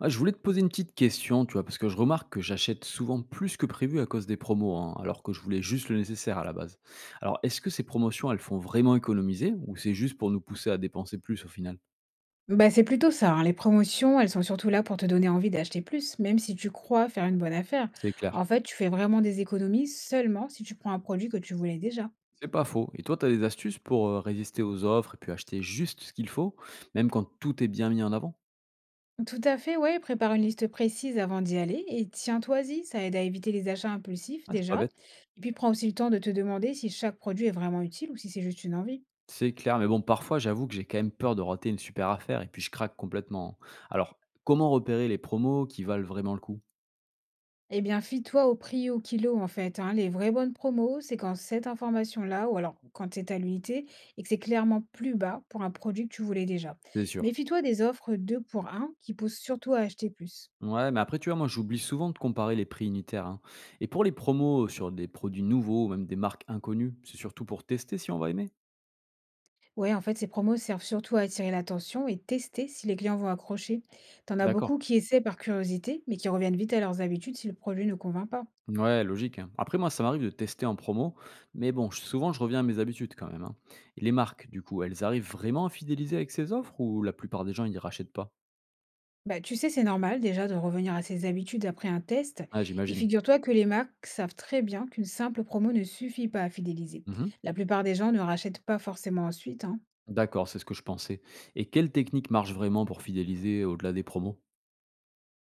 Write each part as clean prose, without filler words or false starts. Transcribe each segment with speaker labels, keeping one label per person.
Speaker 1: Ah, je voulais te poser une petite question, tu vois, parce que je remarque que j'achète souvent plus que prévu à cause des promos, hein, alors que je voulais juste le nécessaire à la base. Alors, est-ce que ces promotions, elles font vraiment économiser ou c'est juste pour nous pousser à dépenser plus au final?
Speaker 2: Bah, c'est plutôt ça, hein. Les promotions, elles sont surtout là pour te donner envie d'acheter plus, même si tu crois faire une bonne affaire.
Speaker 1: C'est clair.
Speaker 2: En fait, tu fais vraiment des économies seulement si tu prends un produit que tu voulais déjà.
Speaker 1: C'est pas faux. Et toi, tu as des astuces pour résister aux offres et puis acheter juste ce qu'il faut, même quand tout est bien mis en avant?
Speaker 2: Tout à fait, ouais, prépare une liste précise avant d'y aller et tiens-toi-y, ça aide à éviter les achats impulsifs
Speaker 1: Ah, c'est pas
Speaker 2: déjà.
Speaker 1: bête.
Speaker 2: Et puis prends aussi le temps de te demander si chaque produit est vraiment utile ou si c'est juste une envie.
Speaker 1: C'est clair, mais bon, parfois, j'avoue que j'ai quand même peur de rater une super affaire et puis je craque complètement, hein. Alors, comment repérer les promos qui valent vraiment le coup?
Speaker 2: Eh bien, fie-toi au prix au kilo, en fait, hein. Les vraies bonnes promos, c'est quand cette information-là, ou alors quand c'est à l'unité, et que c'est clairement plus bas pour un produit que tu voulais déjà.
Speaker 1: C'est sûr.
Speaker 2: Méfie-toi des offres 2 pour un qui poussent surtout à acheter plus.
Speaker 1: Ouais, mais après, tu vois, moi, j'oublie souvent de comparer les prix unitaires, hein. Et pour les promos sur des produits nouveaux ou même des marques inconnues, c'est surtout pour tester si on va aimer.
Speaker 2: Ouais, en fait, ces promos servent surtout à attirer l'attention et tester si les clients vont accrocher. T'en as
Speaker 1: D'accord.
Speaker 2: beaucoup qui essaient par curiosité, mais qui reviennent vite à leurs habitudes si le produit ne convainc pas.
Speaker 1: Ouais, logique, hein. Après, moi, ça m'arrive de tester en promo, mais bon, souvent, je reviens à mes habitudes quand même, hein. Et les marques, du coup, elles arrivent vraiment à fidéliser avec ces offres ou la plupart des gens, ils rachètent pas?
Speaker 2: Bah, tu sais, c'est normal déjà de revenir à ses habitudes après un test.
Speaker 1: Ah,
Speaker 2: Et
Speaker 1: j'imagine.
Speaker 2: figure-toi que les marques savent très bien qu'une simple promo ne suffit pas à fidéliser.
Speaker 1: Mhm.
Speaker 2: La plupart des gens ne rachètent pas forcément ensuite, hein.
Speaker 1: D'accord, c'est ce que je pensais. Et quelle technique marche vraiment pour fidéliser au-delà des promos?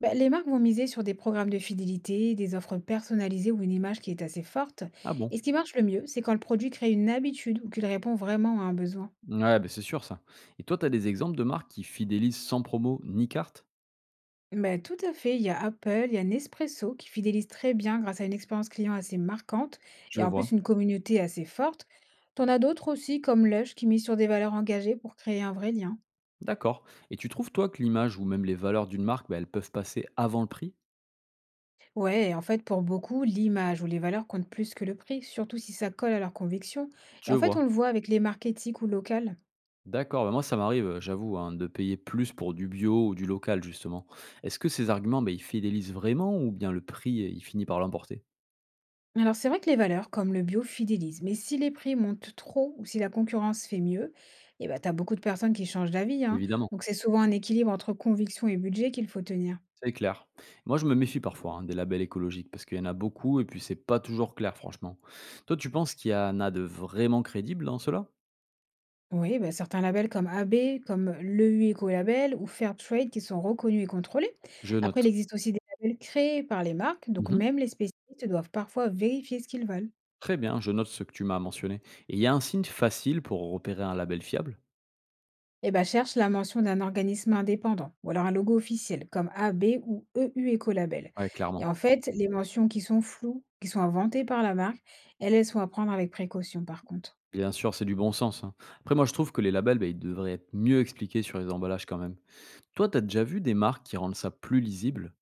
Speaker 2: Bah, les marques vont miser sur des programmes de fidélité, des offres personnalisées ou une image qui est assez forte.
Speaker 1: Ah bon?
Speaker 2: Et ce qui marche le mieux, c'est quand le produit crée une habitude ou qu'il répond vraiment à un besoin.
Speaker 1: Ouais, bah, c'est sûr ça. Et toi, tu as des exemples de marques qui fidélisent sans promo ni carte?
Speaker 2: Ben, tout à fait, il y a Apple, il y a Nespresso qui fidélise très bien grâce à une expérience client assez marquante
Speaker 1: Je
Speaker 2: et en plus
Speaker 1: vois.
Speaker 2: une communauté assez forte. T'en as d'autres aussi comme Lush qui mise sur des valeurs engagées pour créer un vrai lien.
Speaker 1: D'accord. Et tu trouves, toi, que l'image ou même les valeurs d'une marque, bah, elles peuvent passer avant le prix?
Speaker 2: Ouais, et en fait pour beaucoup, l'image ou les valeurs comptent plus que le prix, surtout si ça colle à leurs convictions.
Speaker 1: Je
Speaker 2: Et en fait on
Speaker 1: vois.
Speaker 2: le voit avec les marques éthiques ou locales.
Speaker 1: D'accord. Bah, moi, ça m'arrive, j'avoue, hein, de payer plus pour du bio ou du local, justement. Est-ce que ces arguments, bah, ils fidélisent vraiment ou bien le prix, il finit par l'emporter?
Speaker 2: Alors c'est vrai que les valeurs comme le bio fidélisent, mais si les prix montent trop ou si la concurrence fait mieux, eh ben, t'as beaucoup de personnes qui changent d'avis, hein.
Speaker 1: Évidemment.
Speaker 2: Donc c'est souvent un équilibre entre conviction et budget qu'il faut tenir.
Speaker 1: C'est clair. Moi, je me méfie parfois hein, des labels écologiques parce qu'il y en a beaucoup et puis c'est pas toujours clair, franchement. Toi, tu penses qu'il y en a de vraiment crédibles dans cela?
Speaker 2: Oui, bah, certains labels comme AB, comme le l'EU Écolabel ou Fairtrade qui sont reconnus et contrôlés.
Speaker 1: Je
Speaker 2: Après,
Speaker 1: note.
Speaker 2: il existe aussi des labels créés par les marques, donc
Speaker 1: Mhm.
Speaker 2: même les spécialistes doivent parfois vérifier ce qu'ils veulent.
Speaker 1: Très bien, je note ce que tu m'as mentionné. Et il y a un signe facile pour repérer un label fiable?
Speaker 2: Et bah, cherche la mention d'un organisme indépendant ou alors un logo officiel comme AB ou EU Écolabel.
Speaker 1: Ouais,
Speaker 2: Et
Speaker 1: clairement.
Speaker 2: en fait, les mentions qui sont floues, qui sont inventées par la marque, elles sont à prendre avec précaution par contre.
Speaker 1: Bien sûr, c'est du bon sens, hein. Après moi, je trouve que les labels, bah, ils devraient être mieux expliqués sur les emballages quand même. Toi, t'as déjà vu des marques qui rendent ça plus lisible?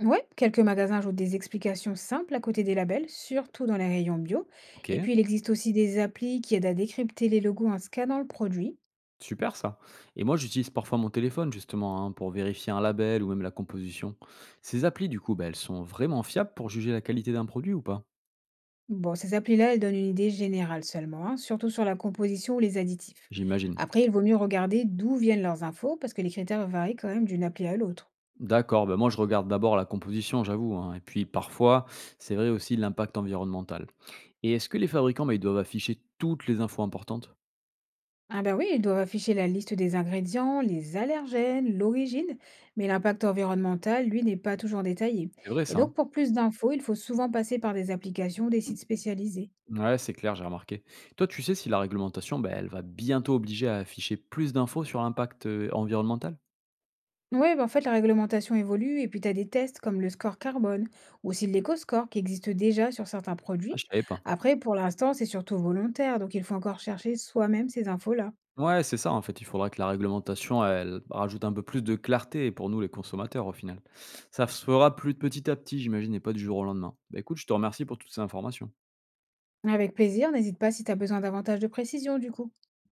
Speaker 2: Ouais, quelques magasins ajoutent des explications simples à côté des labels, surtout dans les rayons bio. Et
Speaker 1: OK,
Speaker 2: puis, il existe aussi des applis qui aident à décrypter les logos en scannant le produit.
Speaker 1: super ça. Et moi, j'utilise parfois mon téléphone justement, hein, pour vérifier un label ou même la composition. Ces applis, du coup, bah, elles sont vraiment fiables pour juger la qualité d'un produit ou pas?
Speaker 2: Bon, ces applis-là, elles donnent une idée générale seulement, hein, surtout sur la composition ou les additifs.
Speaker 1: J'imagine.
Speaker 2: Après, il vaut mieux regarder d'où viennent leurs infos, parce que les critères varient quand même d'une appli à l'autre.
Speaker 1: D'accord. Ben moi je regarde d'abord la composition, j'avoue, hein, et puis parfois, c'est vrai aussi l'impact environnemental. Et est-ce que les fabricants, ben, ils doivent afficher toutes les infos importantes?
Speaker 2: Ah ben oui, ils doivent afficher la liste des ingrédients, les allergènes, l'origine, mais l'impact environnemental, lui, n'est pas toujours détaillé.
Speaker 1: C'est vrai
Speaker 2: Et
Speaker 1: ça, hein?
Speaker 2: donc, pour plus d'infos, il faut souvent passer par des applications ou des sites spécialisés.
Speaker 1: Ouais, c'est clair, j'ai remarqué. Toi, tu sais si la réglementation, ben, elle va bientôt obliger à afficher plus d'infos sur l'impact, environnemental?
Speaker 2: Oui, bah, en fait, la réglementation évolue et puis tu as des tests comme le score carbone ou aussi l'éco-score qui existe déjà sur certains
Speaker 1: Ah,
Speaker 2: produits.
Speaker 1: je savais pas.
Speaker 2: Après, pour l'instant, c'est surtout volontaire, donc il faut encore chercher soi-même ces infos-là.
Speaker 1: Ouais, c'est ça, en fait, il faudra que la réglementation, elle rajoute un peu plus de clarté pour nous, les consommateurs, au final. Ça se fera plus de petit à petit, j'imagine, et pas du jour au lendemain. Bah, écoute, je te remercie pour toutes ces informations.
Speaker 2: Avec plaisir, n'hésite pas si tu as besoin davantage de précision du coup.